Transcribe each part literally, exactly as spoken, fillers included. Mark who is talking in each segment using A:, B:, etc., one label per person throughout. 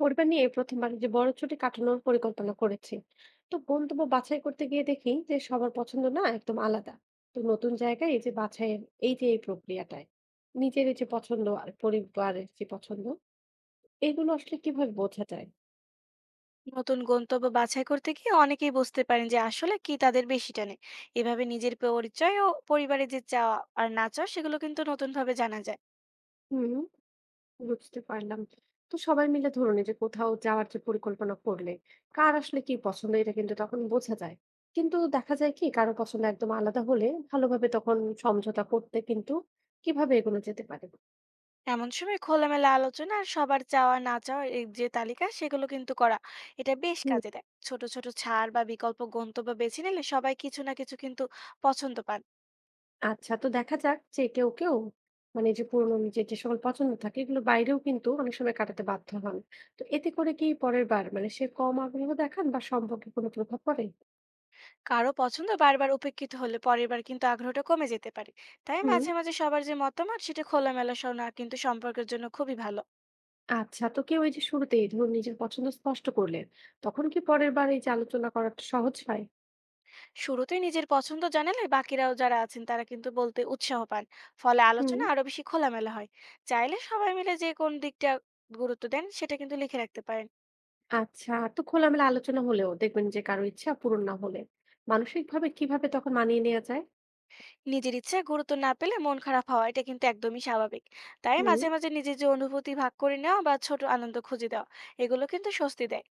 A: পরিবার নিয়ে প্রথমবার যে বড় ছুটি কাটানোর পরিকল্পনা করেছি, তো গন্তব্য বাছাই করতে গিয়ে দেখি যে সবার পছন্দ না একদম আলাদা। তো নতুন জায়গায় এই যে বাছাইয়ের এই যে এই প্রক্রিয়াটায় নিজের এই যে পছন্দ আর পরিবারের যে পছন্দ, এগুলো আসলে কিভাবে বোঝা যায়?
B: নতুন গন্তব্য বাছাই করতে গিয়ে অনেকেই বুঝতে পারেন যে আসলে কি তাদের বেশি টানে। এভাবে নিজের পরিচয় ও পরিবারের যে চাওয়া আর না চাওয়া সেগুলো কিন্তু নতুন ভাবে জানা যায়।
A: হুম, বুঝতে পারলাম। তো সবাই মিলে ধরুন এই যে কোথাও যাওয়ার যে পরিকল্পনা করলে কার আসলে কি পছন্দ এটা কিন্তু তখন বোঝা যায়। কিন্তু দেখা যায় কি কারো পছন্দ একদম আলাদা হলে ভালোভাবে তখন সমঝোতা করতে কিন্তু কিভাবে এগোনো যেতে পারে?
B: এমন সময় খোলামেলা আলোচনা আর সবার চাওয়া না চাওয়া এই যে তালিকা সেগুলো কিন্তু করা, এটা বেশ
A: হুম।
B: কাজে দেয়। ছোট ছোট ছাড় বা বিকল্প গন্তব্য বেছে নিলে সবাই কিছু না কিছু কিন্তু পছন্দ পান।
A: আচ্ছা, তো দেখা যাক যে কেউ কেউ মানে যে পুরোনো নিজের যে সকল পছন্দ থাকে এগুলো বাইরেও কিন্তু অনেক সময় কাটাতে বাধ্য হন। তো এতে করে কি পরের বার মানে সে কম আগ্রহ দেখান বা সম্পর্কে কোনো প্রভাব পড়ে?
B: কারো পছন্দ বারবার উপেক্ষিত হলে পরের বার কিন্তু আগ্রহটা কমে যেতে পারে। তাই
A: হুম।
B: মাঝে মাঝে সবার যে মতামত সেটা খোলামেলা শোনা কিন্তু সম্পর্কের জন্য খুবই ভালো।
A: আচ্ছা, তো কেউ এই যে শুরুতেই ধরুন নিজের পছন্দ স্পষ্ট করলেন, তখন কি পরের বার এই যে আলোচনা করাটা সহজ হয়?
B: শুরুতেই নিজের পছন্দ জানালে বাকিরাও যারা আছেন তারা কিন্তু বলতে উৎসাহ পান। ফলে
A: হুম।
B: আলোচনা আরো বেশি খোলামেলা হয়। চাইলে সবাই মিলে যে কোন দিকটা গুরুত্ব দেন সেটা কিন্তু লিখে রাখতে পারেন।
A: আচ্ছা, তো খোলামেলা আলোচনা হলেও দেখবেন যে কারো ইচ্ছা পূরণ না হলে মানসিক ভাবে কিভাবে তখন মানিয়ে নেওয়া যায়?
B: নিজের ইচ্ছা গুরুত্ব না পেলে মন খারাপ হওয়া এটা কিন্তু একদমই স্বাভাবিক। তাই
A: হুম।
B: মাঝে মাঝে নিজের যে অনুভূতি ভাগ করে নেওয়া বা ছোট আনন্দ খুঁজে দেওয়া, এগুলো কিন্তু স্বস্তি দেয়।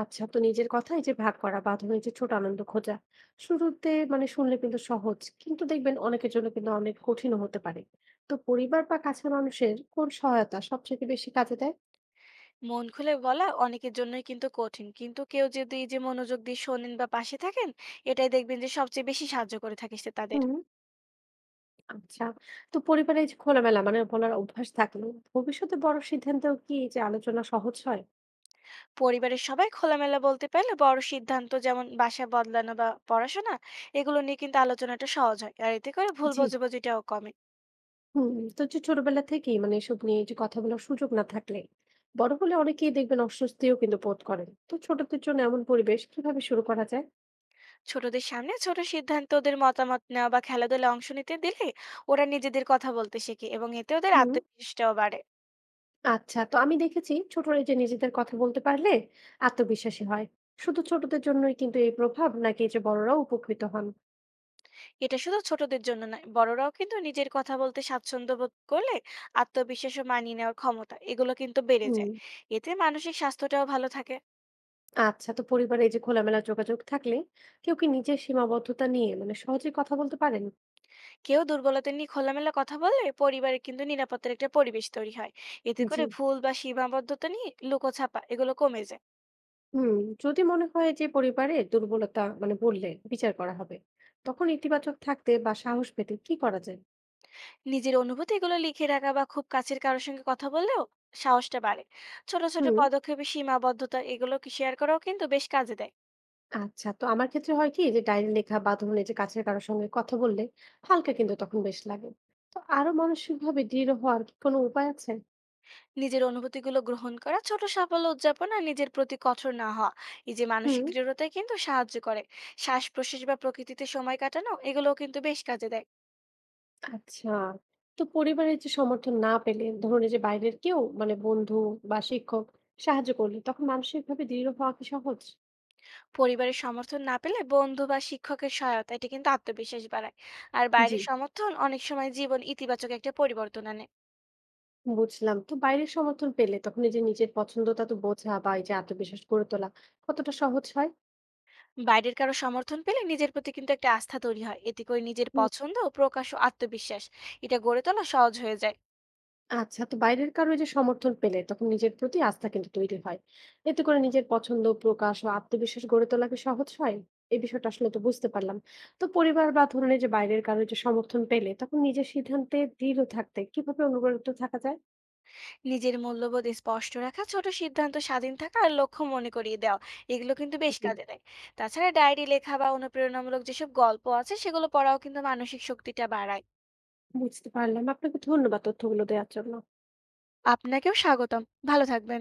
A: আচ্ছা, তো নিজের কথা এই যে ভাগ করা বা ধরুন এই যে ছোট আনন্দ খোঁজা শুরুতে মানে শুনলে কিন্তু সহজ, কিন্তু দেখবেন অনেকের জন্য কিন্তু অনেক কঠিন হতে পারে। তো পরিবার বা কাছের মানুষের কোন সহায়তা সবচেয়ে বেশি কাজে দেয়?
B: মন খুলে বলা অনেকের জন্যই কিন্তু কঠিন, কিন্তু কেউ যদি এই যে মনোযোগ দিয়ে শোনেন বা পাশে থাকেন, এটাই দেখবেন যে সবচেয়ে বেশি সাহায্য করে থাকে সে তাদের।
A: হুম। আচ্ছা, তো পরিবারে এই যে খোলামেলা মানে বলার অভ্যাস থাকলে ভবিষ্যতে বড় সিদ্ধান্তেও কি এই যে আলোচনা সহজ হয়?
B: পরিবারের সবাই খোলামেলা বলতে পারলে বড় সিদ্ধান্ত যেমন বাসা বদলানো বা পড়াশোনা, এগুলো নিয়ে কিন্তু আলোচনাটা সহজ হয়, আর এতে করে ভুল
A: জি,
B: বোঝাবুঝিটাও কমে।
A: হুম। তো যে ছোটবেলা থেকেই মানে এসব নিয়ে যে কথা বলার সুযোগ না থাকলে বড় হলে অনেকেই দেখবেন অস্বস্তিও কিন্তু বোধ করেন। তো ছোটদের জন্য এমন পরিবেশ কিভাবে শুরু করা যায়?
B: ছোটদের সামনে ছোট সিদ্ধান্ত ওদের মতামত নেওয়া বা খেলাধুলায় অংশ নিতে দিলে ওরা নিজেদের কথা বলতে শেখে, এবং এতে ওদের
A: হুম।
B: আত্মবিশ্বাসটাও বাড়ে।
A: আচ্ছা, তো আমি দেখেছি ছোটরা এই যে নিজেদের কথা বলতে পারলে আত্মবিশ্বাসী হয়। শুধু ছোটদের জন্যই কিন্তু এই প্রভাব, নাকি এই যে বড়রাও উপকৃত হন?
B: এটা শুধু ছোটদের জন্য নয়, বড়রাও কিন্তু নিজের কথা বলতে স্বাচ্ছন্দ্য বোধ করলে আত্মবিশ্বাস ও মানিয়ে নেওয়ার ক্ষমতা এগুলো কিন্তু বেড়ে
A: হুম।
B: যায়। এতে মানসিক স্বাস্থ্যটাও ভালো থাকে।
A: আচ্ছা, তো পরিবারে এই যে খোলামেলা যোগাযোগ থাকলে কেউ কি নিজের সীমাবদ্ধতা নিয়ে মানে সহজে কথা বলতে পারেন?
B: কেউ দুর্বলতা নিয়ে খোলামেলা কথা বললে পরিবারে কিন্তু নিরাপত্তার একটা পরিবেশ তৈরি হয়। এতে
A: জি,
B: করে ভুল বা সীমাবদ্ধতা নিয়ে লুকোছাপা এগুলো কমে যায়।
A: হুম। যদি মনে হয় যে পরিবারে দুর্বলতা মানে বললে বিচার করা হবে, তখন ইতিবাচক থাকতে বা সাহস পেতে কি করা যায়?
B: নিজের অনুভূতি এগুলো লিখে রাখা বা খুব কাছের কারোর সঙ্গে কথা বললেও সাহসটা বাড়ে। ছোট ছোট
A: হুম।
B: পদক্ষেপে সীমাবদ্ধতা এগুলো শেয়ার করাও কিন্তু বেশ কাজে দেয়।
A: আচ্ছা, তো আমার ক্ষেত্রে হয় কি যে ডায়েরি লেখা বা ধরুন এই যে কাছের কারোর সঙ্গে কথা বললে হালকা কিন্তু তখন বেশ লাগে। তো আরো মানসিকভাবে দৃঢ় হওয়ার কি কোনো উপায় আছে?
B: নিজের অনুভূতিগুলো গ্রহণ করা, ছোট সাফল্য উদযাপন আর নিজের প্রতি কঠোর না হওয়া, এই যে মানসিক
A: হুম।
B: দৃঢ়তায় কিন্তু সাহায্য করে। শ্বাস প্রশ্বাস বা প্রকৃতিতে সময় কাটানো এগুলোও কিন্তু বেশ কাজে দেয়।
A: আচ্ছা, তো পরিবারের যে সমর্থন না পেলে ধরুন এই যে বাইরের কেউ মানে বন্ধু বা শিক্ষক সাহায্য করলে তখন মানসিকভাবে দৃঢ় হওয়া কি সহজ?
B: পরিবারের সমর্থন না পেলে বন্ধু বা শিক্ষকের সহায়তা এটা কিন্তু আত্মবিশ্বাস বাড়ায়। আর
A: জি,
B: বাইরের সমর্থন অনেক সময় জীবন ইতিবাচক একটা পরিবর্তন আনে।
A: বুঝলাম। তো বাইরের সমর্থন পেলে তখন এই যে নিজের পছন্দটা তো বোঝা বা এই যে আত্মবিশ্বাস গড়ে তোলা কতটা সহজ হয়?
B: বাইরের কারো সমর্থন পেলে নিজের প্রতি কিন্তু একটা আস্থা তৈরি হয়, এতে করে নিজের পছন্দ প্রকাশ ও আত্মবিশ্বাস এটা গড়ে তোলা সহজ হয়ে যায়।
A: আচ্ছা, তো বাইরের কারো এই যে সমর্থন পেলে তখন নিজের প্রতি আস্থা কিন্তু তৈরি হয়, এতে করে নিজের পছন্দ প্রকাশ ও আত্মবিশ্বাস গড়ে তোলা কি সহজ হয়। এই বিষয়টা আসলে তো বুঝতে পারলাম। তো পরিবার বা ধরুন এই যে বাইরের কারো এই যে সমর্থন পেলে তখন নিজের সিদ্ধান্তে দৃঢ় থাকতে কিভাবে অনুপ্রাণিত থাকা যায়?
B: নিজের মূল্যবোধ স্পষ্ট রাখা, ছোট সিদ্ধান্ত স্বাধীন থাকা আর লক্ষ্য মনে করিয়ে দেওয়া, এগুলো কিন্তু বেশ
A: জি,
B: কাজে দেয়। তাছাড়া ডায়েরি লেখা বা অনুপ্রেরণামূলক যেসব গল্প আছে সেগুলো পড়াও কিন্তু মানসিক শক্তিটা বাড়ায়।
A: বুঝতে পারলাম। আপনাকে ধন্যবাদ তথ্যগুলো দেওয়ার জন্য।
B: আপনাকেও স্বাগতম। ভালো থাকবেন।